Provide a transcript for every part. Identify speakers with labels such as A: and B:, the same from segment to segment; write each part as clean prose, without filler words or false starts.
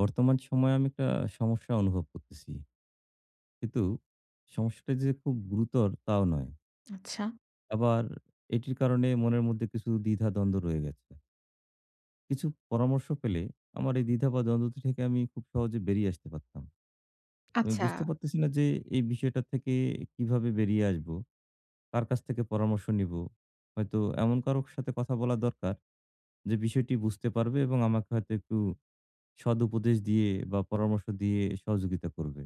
A: বর্তমান সময়ে আমি একটা সমস্যা অনুভব করতেছি। কিন্তু সমস্যাটা যে খুব গুরুতর তাও নয়।
B: আচ্ছা,
A: আবার এটির কারণে মনের মধ্যে কিছু দ্বিধা-দ্বন্দ্ব রয়ে গেছে। কিছু পরামর্শ পেলে আমার এই দ্বিধা বা দ্বন্দ্ব থেকে আমি খুব সহজে বেরিয়ে আসতে পারতাম। আমি
B: আচ্ছা।
A: বুঝতে পারতেছি না যে এই বিষয়টা থেকে কিভাবে বেরিয়ে আসবো? কার কাছ থেকে পরামর্শ নিবো? হয়তো এমন কারো সাথে কথা বলা দরকার যে বিষয়টি বুঝতে পারবে এবং আমাকে হয়তো একটু সদুপদেশ দিয়ে বা পরামর্শ দিয়ে সহযোগিতা করবে।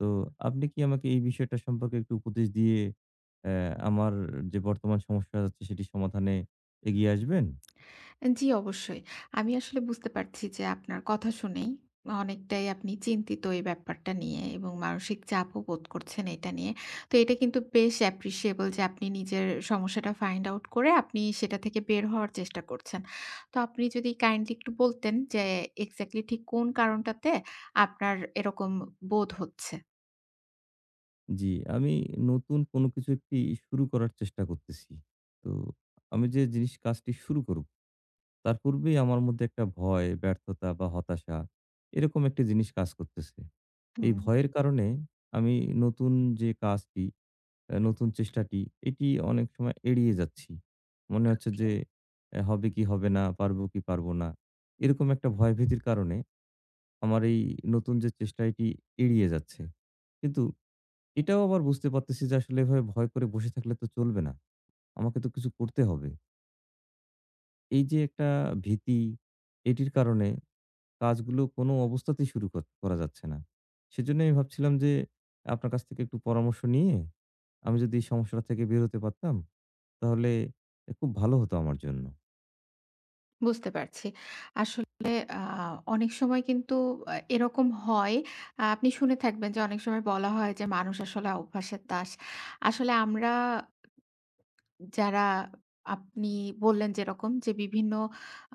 A: তো আপনি কি আমাকে এই বিষয়টা সম্পর্কে একটু উপদেশ দিয়ে অ্যা আমার যে বর্তমান সমস্যা হচ্ছে সেটি সমাধানে এগিয়ে আসবেন?
B: জি, অবশ্যই। আমি আসলে বুঝতে পারছি যে আপনার কথা শুনেই অনেকটাই আপনি চিন্তিত এই ব্যাপারটা নিয়ে এবং মানসিক চাপও বোধ করছেন এটা নিয়ে। তো এটা কিন্তু বেশ অ্যাপ্রিশিয়েবল যে আপনি নিজের সমস্যাটা ফাইন্ড আউট করে আপনি সেটা থেকে বের হওয়ার চেষ্টা করছেন। তো আপনি যদি কাইন্ডলি একটু বলতেন যে এক্সাক্টলি ঠিক কোন কারণটাতে আপনার এরকম বোধ হচ্ছে?
A: জি, আমি নতুন কোনো কিছু একটি শুরু করার চেষ্টা করতেছি। তো আমি যে জিনিস কাজটি শুরু করব, তার পূর্বেই আমার মধ্যে একটা ভয়, ব্যর্থতা বা হতাশা এরকম একটি জিনিস কাজ করতেছে। এই
B: হুম।
A: ভয়ের কারণে আমি নতুন যে কাজটি নতুন চেষ্টাটি এটি অনেক সময় এড়িয়ে যাচ্ছি। মনে হচ্ছে
B: ওকে।
A: যে এ হবে কি হবে না, পারবো কি পারবো না। এরকম একটা ভয়ভীতির কারণে আমার এই নতুন যে চেষ্টা এটি এড়িয়ে যাচ্ছে। কিন্তু এটাও আবার বুঝতে পারতেছি যে আসলে এভাবে ভয় করে বসে থাকলে তো চলবে না। আমাকে তো কিছু করতে হবে। এই যে একটা ভীতি এটির কারণে কাজগুলো কোনো অবস্থাতেই শুরু কর করা যাচ্ছে না। সেজন্যই আমি ভাবছিলাম যে আপনার কাছ থেকে একটু পরামর্শ নিয়ে আমি যদি এই সমস্যাটা থেকে বের হতে পারতাম তাহলে এ খুব ভালো হতো আমার জন্য।
B: বুঝতে পারছি। আসলে আ অনেক সময় কিন্তু এরকম হয়। আপনি শুনে থাকবেন যে অনেক সময় বলা হয় যে মানুষ আসলে অভ্যাসের দাস। আসলে আমরা যারা আপনি বললেন যেরকম যে বিভিন্ন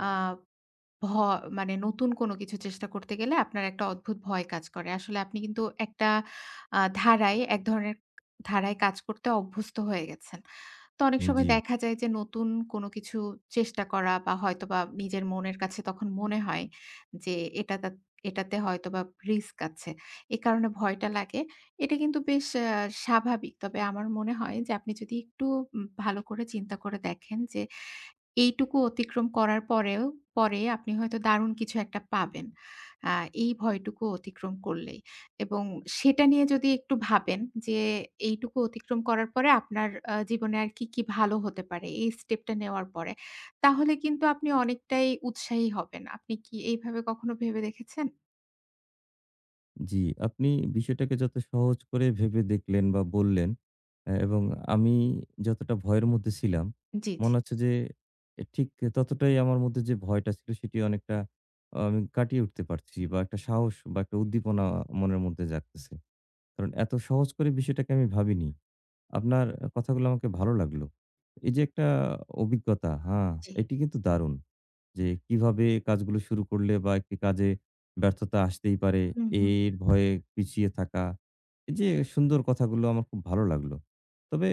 B: আ ভ মানে নতুন কোনো কিছু চেষ্টা করতে গেলে আপনার একটা অদ্ভুত ভয় কাজ করে। আসলে আপনি কিন্তু একটা ধারায় এক ধরনের ধারায় কাজ করতে অভ্যস্ত হয়ে গেছেন। তো অনেক সময়
A: জি।
B: দেখা যায় যে নতুন কোনো কিছু চেষ্টা করা বা হয়তোবা নিজের মনের কাছে তখন মনে হয় যে এটা তা এটাতে হয়তোবা রিস্ক আছে। এ কারণে ভয়টা লাগে। এটা কিন্তু বেশ স্বাভাবিক। তবে আমার মনে হয় যে আপনি যদি একটু ভালো করে চিন্তা করে দেখেন যে এইটুকু অতিক্রম করার পরেও পরে আপনি হয়তো দারুণ কিছু একটা পাবেন। আ এই ভয়টুকু অতিক্রম করলেই। এবং সেটা নিয়ে যদি একটু ভাবেন যে এইটুকু অতিক্রম করার পরে আপনার জীবনে আর কি, কি ভালো হতে পারে এই স্টেপটা নেওয়ার পরে। তাহলে কিন্তু আপনি অনেকটাই উৎসাহী হবেন। আপনি কি এইভাবে কখনো ভেবে দেখেছেন?
A: জি, আপনি বিষয়টাকে যত সহজ করে ভেবে দেখলেন বা বললেন এ এবং আমি যতটা ভয়ের মধ্যে ছিলাম,
B: জি, জি,
A: মনে হচ্ছে যে এ ঠিক ততটাই আমার মধ্যে যে ভয়টা ছিল সেটি অনেকটা আমি কাটিয়ে উঠতে পারছি বা একটা সাহস বা একটা উদ্দীপনা মনের মধ্যে জাগতেছে। কারণ এত সহজ করে বিষয়টাকে আমি ভাবিনি। আপনার কথাগুলো আমাকে ভালো লাগলো। এই যে একটা অভিজ্ঞতা, হ্যাঁ,
B: জি।
A: এটি কিন্তু দারুণ। যে কিভাবে কাজগুলো শুরু করলে বা একটি কাজে ব্যর্থতা আসতেই পারে,
B: হুম, হুম।
A: এর ভয়ে পিছিয়ে থাকা। এই যে সুন্দর কথাগুলো আমার খুব ভালো লাগলো। তবে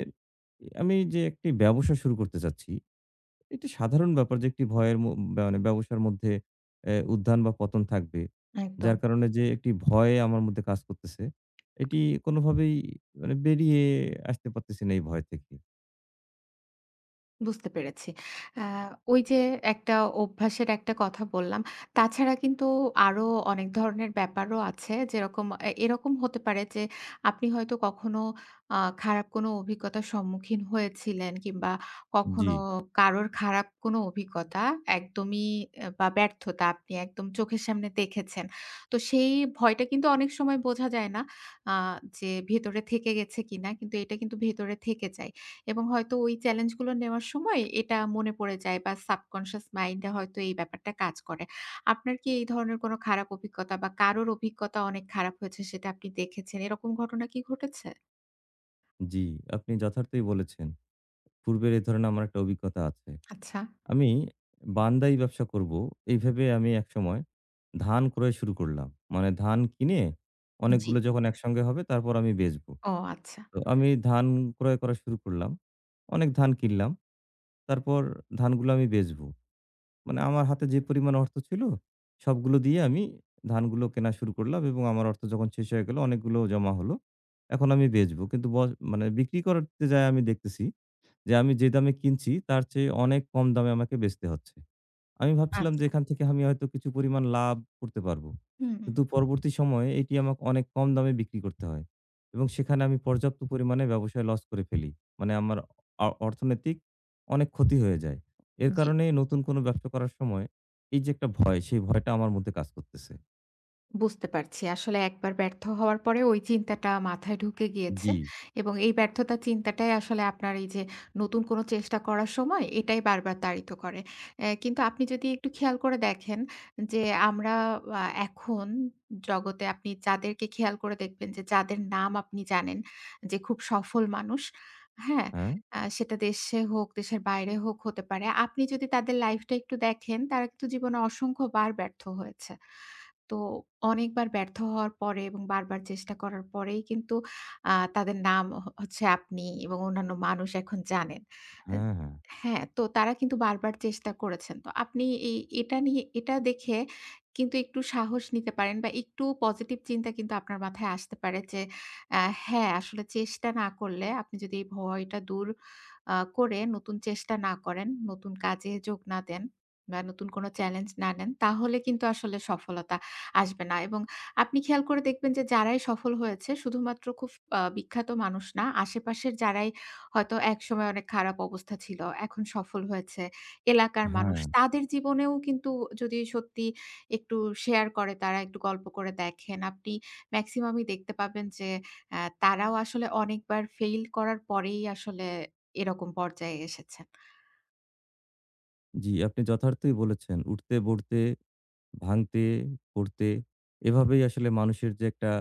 A: আমি যে একটি ব্যবসা শুরু করতে চাচ্ছি একটি সাধারণ ব্যাপার যে একটি ভয়ের মানে ব্যবসার মধ্যে এ উত্থান বা পতন থাকবে।
B: একদম।
A: যার কারণে যে একটি ভয় আমার মধ্যে কাজ করতেছে। এটি কোনোভাবেই মানে বেরিয়ে আসতে পারতেছি না এই ভয় থেকে।
B: বুঝতে পেরেছি। আ ওই যে একটা অভ্যাসের একটা কথা বললাম। তাছাড়া কিন্তু আরো অনেক ধরনের ব্যাপারও আছে। যেরকম এরকম হতে পারে যে আপনি হয়তো কখনো খারাপ কোনো অভিজ্ঞতার সম্মুখীন হয়েছিলেন কিংবা
A: জি।
B: কখনো কারোর খারাপ কোনো অভিজ্ঞতা একদমই এ বা ব্যর্থতা আপনি একদম চোখের সামনে দেখেছেন। তো সেই ভয়টা কিন্তু অনেক সময় বোঝা যায় না আ যে ভেতরে থেকে গেছে কিনা। কিন্তু এটা কিন্তু ভেতরে থেকে যায়। এবং হয়তো ওই চ্যালেঞ্জগুলো নেওয়ার সময় এটা মনে পড়ে যায় বা সাবকনসিয়াস মাইন্ডে হয়তো এই ব্যাপারটা কাজ করে। আপনার কি এই ধরনের কোনো খারাপ অভিজ্ঞতা বা কারোর অভিজ্ঞতা অনেক খারাপ হয়েছে সেটা আপনি দেখেছেন, এরকম ঘটনা কি ঘটেছে?
A: জি, আপনি যথার্থই বলেছেন। পূর্বের এ ধরনের আমার একটা অভিজ্ঞতা আছে।
B: আচ্ছা।
A: আমি বান্দাই ব্যবসা করব এই ভেবে আমি একসময় ধান ক্রয় শুরু করলাম। মানে ধান কিনে
B: জি।
A: অনেকগুলো যখন একসঙ্গে হবে তারপর আমি বেচবো।
B: ও আচ্ছা,
A: তো আমি ধান ক্রয় করা শুরু করলাম। অনেক ধান কিনলাম। তারপর ধানগুলো আমি বেচবো। মানে আমার হাতে যে পরিমাণ অর্থ ছিল, সবগুলো দিয়ে আমি ধানগুলো কেনা শুরু করলাম এবং আমার অর্থ যখন শেষ হয়ে গেল, অনেকগুলো জমা হলো। এখন আমি বেচবো। কিন্তু মানে বিক্রি করতে যায়ে আমি দেখতেছি যে, আমি যে দামে কিনছি, তার চেয়ে অনেক কম দামে আমাকে বেচতে হচ্ছে। আমি ভাবছিলাম যে
B: আচ্ছা।
A: এখান থেকে আমি হয়তো কিছু পরিমাণ লাভ করতে পারবো।
B: হুম।
A: কিন্তু পরবর্তী সময়ে এটি আমাকে অনেক কম দামে বিক্রি করতে হয় এবং সেখানে আমি পর্যাপ্ত পরিমাণে ব্যবসায় লস করে ফেলি। মানে আমার অর্থনৈতিক অনেক ক্ষতি হয়ে যায়। এর
B: জি।
A: কারণে নতুন কোনো ব্যবসা করার সময় এই যে একটা ভয়, সেই ভয়টা আমার মধ্যে কাজ করতেছে।
B: বুঝতে পারছি। আসলে একবার ব্যর্থ হওয়ার পরে ওই চিন্তাটা মাথায় ঢুকে গিয়েছে
A: জি।
B: এবং এই ব্যর্থতার চিন্তাটাই আসলে আপনার এই যে নতুন কোনো চেষ্টা করার সময় এটাই বারবার তাড়িত করে। কিন্তু আপনি যদি একটু খেয়াল করে দেখেন যে আমরা এখন জগতে আপনি যাদেরকে খেয়াল করে দেখবেন যে যাদের নাম আপনি জানেন যে খুব সফল মানুষ, হ্যাঁ?
A: হ্যাঁ,
B: সেটা দেশে হোক, দেশের বাইরে হোক হতে পারে। আপনি যদি তাদের লাইফটা একটু দেখেন তারা কিন্তু জীবনে অসংখ্যবার ব্যর্থ হয়েছে। তো অনেকবার ব্যর্থ হওয়ার পরে এবং বারবার চেষ্টা করার পরেই কিন্তু তাদের নাম হচ্ছে আপনি এবং অন্যান্য মানুষ এখন জানেন। অ্যা
A: হ্যাঁ, হ্যাঁ,
B: হ্যাঁ, তো তারা কিন্তু বারবার চেষ্টা করেছেন। তো আপনি এই এটা নিয়ে এটা দেখে কিন্তু একটু সাহস নিতে পারেন বা একটু পজিটিভ চিন্তা কিন্তু আপনার মাথায় আসতে পারে যে হ্যাঁ, আসলে চেষ্টা না করলে আপনি যদি এই ভয়টা দূর করে নতুন চেষ্টা না করেন, নতুন কাজে যোগ না দেন বা নতুন কোনো চ্যালেঞ্জ না নেন, তাহলে কিন্তু আসলে সফলতা আসবে না এবং আপনি খেয়াল করে দেখবেন যে যারাই সফল হয়েছে শুধুমাত্র খুব বিখ্যাত মানুষ না, আশেপাশের যারাই হয়তো একসময় অনেক খারাপ অবস্থা ছিল, এখন সফল হয়েছে, এলাকার মানুষ
A: হ্যাঁ।
B: তাদের জীবনেও কিন্তু যদি সত্যি একটু শেয়ার করে তারা একটু গল্প করে দেখেন, আপনি মেক্সিমামই দেখতে পাবেন যে তারাও আসলে অনেকবার ফেইল করার পরেই আসলে এরকম পর্যায়ে এসেছেন।
A: জি, আপনি যথার্থই বলেছেন। উঠতে, বড়তে, ভাঙতে, পড়তে এভাবেই আসলে মানুষের যে একটা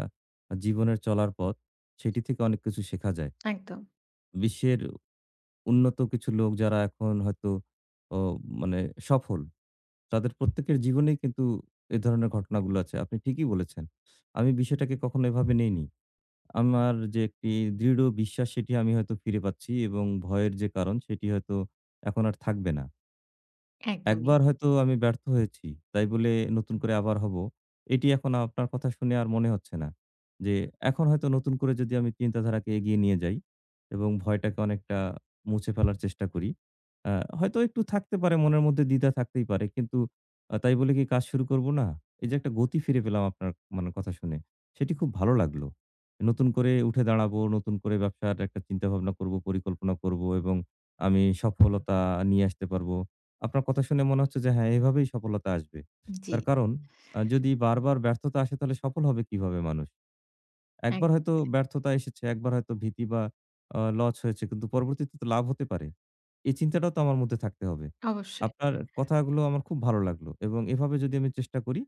A: জীবনের চলার পথ সেটি থেকে অনেক কিছু শেখা যায়।
B: একদম,
A: বিশ্বের উন্নত কিছু লোক যারা এখন হয়তো ও মানে সফল, তাদের প্রত্যেকের জীবনেই কিন্তু এ ধরনের ঘটনাগুলো আছে। আপনি ঠিকই বলেছেন। আমি বিষয়টাকে কখনো এভাবে নেইনি। আমার যে একটি দৃঢ় বিশ্বাস সেটি আমি হয়তো ফিরে পাচ্ছি এবং ভয়ের যে কারণ সেটি হয়তো এখন আর থাকবে না।
B: একদমই।
A: একবার হয়তো আমি ব্যর্থ হয়েছি। তাই বলে নতুন করে আবার হব। এটি এখন আপনার কথা শুনে আর মনে হচ্ছে না। যে এখন হয়তো নতুন করে যদি আমি চিন্তাধারাকে এগিয়ে নিয়ে যাই এবং ভয়টাকে অনেকটা মুছে ফেলার চেষ্টা করি। আ হয়তো একটু থাকতে পারে মনের মধ্যে দ্বিধা থাকতেই পারে। কিন্তু তাই বলে কি কাজ শুরু করব না? এই যে একটা গতি ফিরে পেলাম আপনার মানে কথা শুনে, সেটি খুব ভালো লাগলো। নতুন করে উঠে দাঁড়াবো, নতুন করে ব্যবসার একটা চিন্তাভাবনা করব, পরিকল্পনা করব এবং আমি সফলতা নিয়ে আসতে পারবো। আপনার কথা শুনে মনে হচ্ছে যে হ্যাঁ, এভাবেই সফলতা আসবে।
B: জি।
A: তার কারণ যদি বারবার ব্যর্থতা আসে তাহলে সফল হবে কিভাবে মানুষ? একবার
B: একদমই
A: হয়তো
B: তাই।
A: ব্যর্থতা এসেছে, একবার হয়তো ভীতি বা লস হয়েছে কিন্তু পরবর্তীতে তো লাভ হতে পারে। এই চিন্তাটাও তো আমার মধ্যে থাকতে হবে।
B: অবশ্যই।
A: আপনার কথাগুলো আমার খুব ভালো লাগলো এবং এভাবে যদি আমি চেষ্টা করি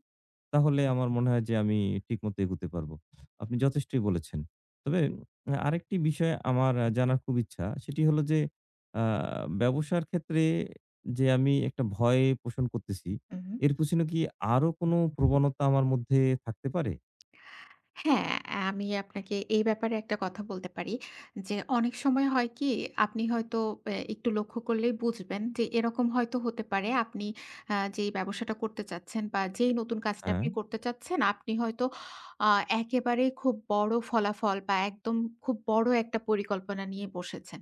A: তাহলে আমার মনে হয় যে আমি ঠিকমতো এগুতে পারবো। আপনি যথেষ্টই বলেছেন। তবে আরেকটি বিষয় আমার জানার খুব ইচ্ছা। সেটি হলো যে আ ব্যবসার ক্ষেত্রে যে আমি একটা ভয় পোষণ করতেছি,
B: উহু।
A: এর পেছনে কি আরো কোনো প্রবণতা আমার মধ্যে থাকতে পারে?
B: হ্যাঁ, আমি আপনাকে এই ব্যাপারে একটা কথা বলতে পারি যে, অনেক সময় হয় কি আপনি হয়তো একটু লক্ষ্য করলেই বুঝবেন যে, এরকম হয়তো হতে পারে আপনি যেই ব্যবসাটা করতে চাচ্ছেন বা যেই নতুন কাজটা
A: হ্যাঁ,
B: আপনি করতে চাচ্ছেন, আপনি হয়তো আ একেবারেই খুব বড় ফলাফল বা একদম খুব বড় একটা পরিকল্পনা নিয়ে বসেছেন।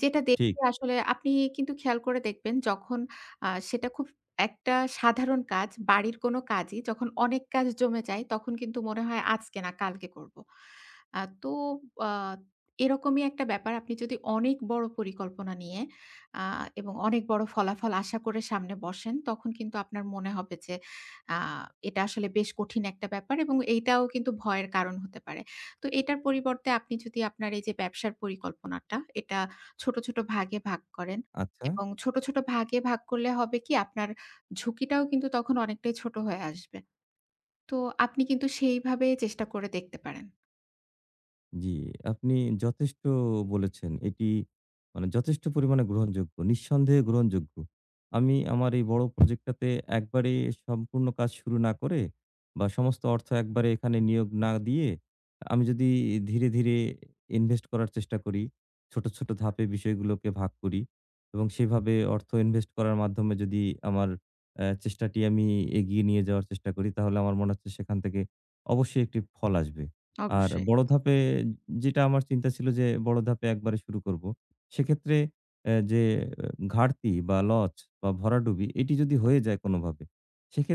B: যেটা
A: ঠিক।
B: দেখে আসলে আপনি কিন্তু খেয়াল করে দেখবেন যখন সেটা খুব একটা সাধারণ কাজ, বাড়ির কোনো কাজই যখন অনেক কাজ জমে যায় তখন কিন্তু মনে হয় আজকে না কালকে করব। তো আ এরকমই একটা ব্যাপার। আপনি যদি অনেক বড় পরিকল্পনা নিয়ে আ এবং অনেক বড় ফলাফল আশা করে সামনে বসেন, তখন কিন্তু আপনার মনে হবে যে আ এটা আসলে বেশ কঠিন একটা ব্যাপার এবং এইটাও কিন্তু ভয়ের কারণ হতে পারে। তো এটার পরিবর্তে আপনি যদি আপনার এই যে ব্যবসার পরিকল্পনাটা, এটা ছোট, ছোট ভাগে ভাগ করেন
A: আচ্ছা।
B: এবং ছোট, ছোট ভাগে ভাগ করলে হবে কি আপনার ঝুঁকিটাও কিন্তু তখন অনেকটাই ছোট হয়ে আসবে। তো আপনি কিন্তু সেইভাবে চেষ্টা করে দেখতে পারেন।
A: জি, আপনি যথেষ্ট বলেছেন। এটি মানে যথেষ্ট পরিমাণে গ্রহণযোগ্য। নিঃসন্দেহে গ্রহণযোগ্য। আমি আমার এই বড় প্রজেক্টটাতে একবারে সম্পূর্ণ কাজ শুরু না করে বা সমস্ত অর্থ একবারে এখানে নিয়োগ না দিয়ে, আমি যদি ধীরে, ধীরে ইনভেস্ট করার চেষ্টা করি, ছোট, ছোট ধাপে বিষয়গুলোকে ভাগ করি এবং সেভাবে অর্থ ইনভেস্ট করার মাধ্যমে যদি আমার চেষ্টাটি আমি এগিয়ে নিয়ে যাওয়ার চেষ্টা করি, তাহলে আমার মনে হচ্ছে সেখান থেকে অবশ্যই একটি ফল আসবে। আর
B: অবশ্যই।
A: বড় ধাপে যেটা আমার চিন্তা ছিল যে বড় ধাপে একবারে শুরু করব। সেক্ষেত্রে অ্যা যে ঘাটতি বা লচ বা ভরাডুবি এটি যদি হয়ে যায় কোনোভাবে,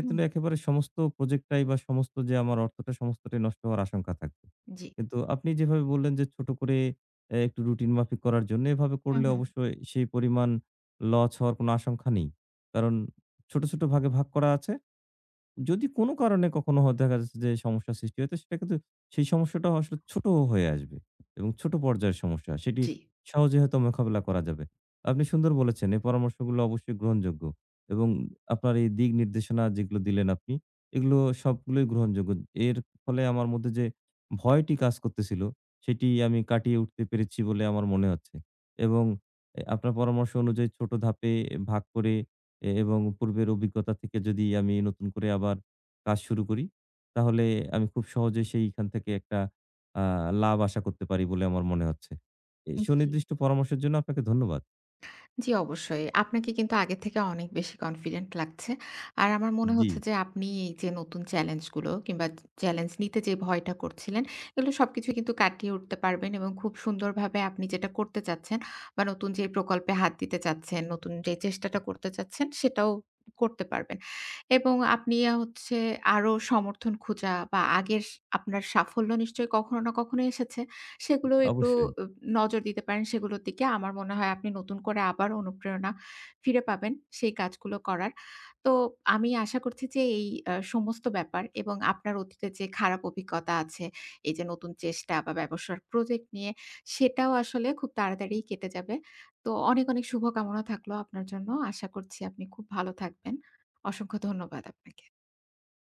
B: হুম।
A: একেবারে সমস্ত প্রজেক্টটাই বা সমস্ত যে আমার অর্থটা সমস্তটাই নষ্ট হওয়ার আশঙ্কা থাকবে।
B: জি।
A: কিন্তু আপনি যেভাবে বললেন যে ছোট করে একটু রুটিন মাফিক করার জন্য এভাবে
B: হুম,
A: করলে
B: হুম।
A: অবশ্যই সেই পরিমাণ লচ হওয়ার কোনো আশঙ্কা নেই। কারণ ছোট, ছোট ভাগে ভাগ করা আছে। যদি কোনো কারণে কখনো দেখা যাচ্ছে যে সমস্যা সৃষ্টি হয়, তো সেটা কিন্তু সেই সমস্যাটাও আসলে ছোট হয়ে আসবে এবং ছোট পর্যায়ের সমস্যা। সেটি
B: জি।
A: সহজে হয়তো মোকাবেলা করা যাবে। আপনি সুন্দর বলেছেন, এই পরামর্শগুলো অবশ্যই গ্রহণযোগ্য এবং আপনার এই দিক নির্দেশনা যেগুলো দিলেন আপনি, এগুলো সবগুলোই গ্রহণযোগ্য। এর ফলে আমার মধ্যে যে ভয়টি কাজ করতেছিল, সেটি আমি কাটিয়ে উঠতে পেরেছি বলে আমার মনে হচ্ছে এবং এ আপনার পরামর্শ অনুযায়ী ছোট ধাপে ভাগ করে এ এবং পূর্বের অভিজ্ঞতা থেকে যদি আমি নতুন করে আবার কাজ শুরু করি, তাহলে আমি খুব সহজেই সেইখান থেকে একটা আ লাভ আশা করতে পারি বলে আমার মনে হচ্ছে। এ
B: জি,
A: সুনির্দিষ্ট পরামর্শের জন্য আপনাকে ধন্যবাদ।
B: জি অবশ্যই। আপনাকে কিন্তু আগের থেকে অনেক বেশি কনফিডেন্ট লাগছে। আর আমার মনে
A: জি,
B: হচ্ছে যে আপনি এই যে নতুন চ্যালেঞ্জ গুলো কিংবা চ্যালেঞ্জ নিতে যে ভয়টা করছিলেন, এগুলো সবকিছু কিন্তু কাটিয়ে উঠতে পারবেন এবং খুব সুন্দরভাবে আপনি যেটা করতে চাচ্ছেন বা নতুন যে প্রকল্পে হাত দিতে চাচ্ছেন, নতুন যে চেষ্টাটা করতে চাচ্ছেন সেটাও করতে পারবেন। এবং আপনি আ হচ্ছে আরো সমর্থন খোঁজা বা আগের আপনার সাফল্য নিশ্চয়ই কখনো না কখনো এসেছে? সেগুলোও একটু
A: অবশ্যই।
B: অ নজর দিতে পারেন সেগুলোর দিকে। আমার মনে হয় আপনি নতুন করে আবার অনুপ্রেরণা ফিরে পাবেন সেই কাজগুলো করার। তো আমি আশা করছি যে এই সমস্ত ব্যাপার এবং আপনার অতীতের যে খারাপ অভিজ্ঞতা আছে, এই যে নতুন চেষ্টা বা ব্যবসার প্রজেক্ট নিয়ে সেটাও আসলে খুব তাড়াতাড়িই কেটে যাবে। তো অনেক, অনেক শুভকামনা থাকলো আপনার জন্য। আশা করছি আপনি খুব ভালো থাকবেন। অসংখ্য ধন্যবাদ আপনাকে।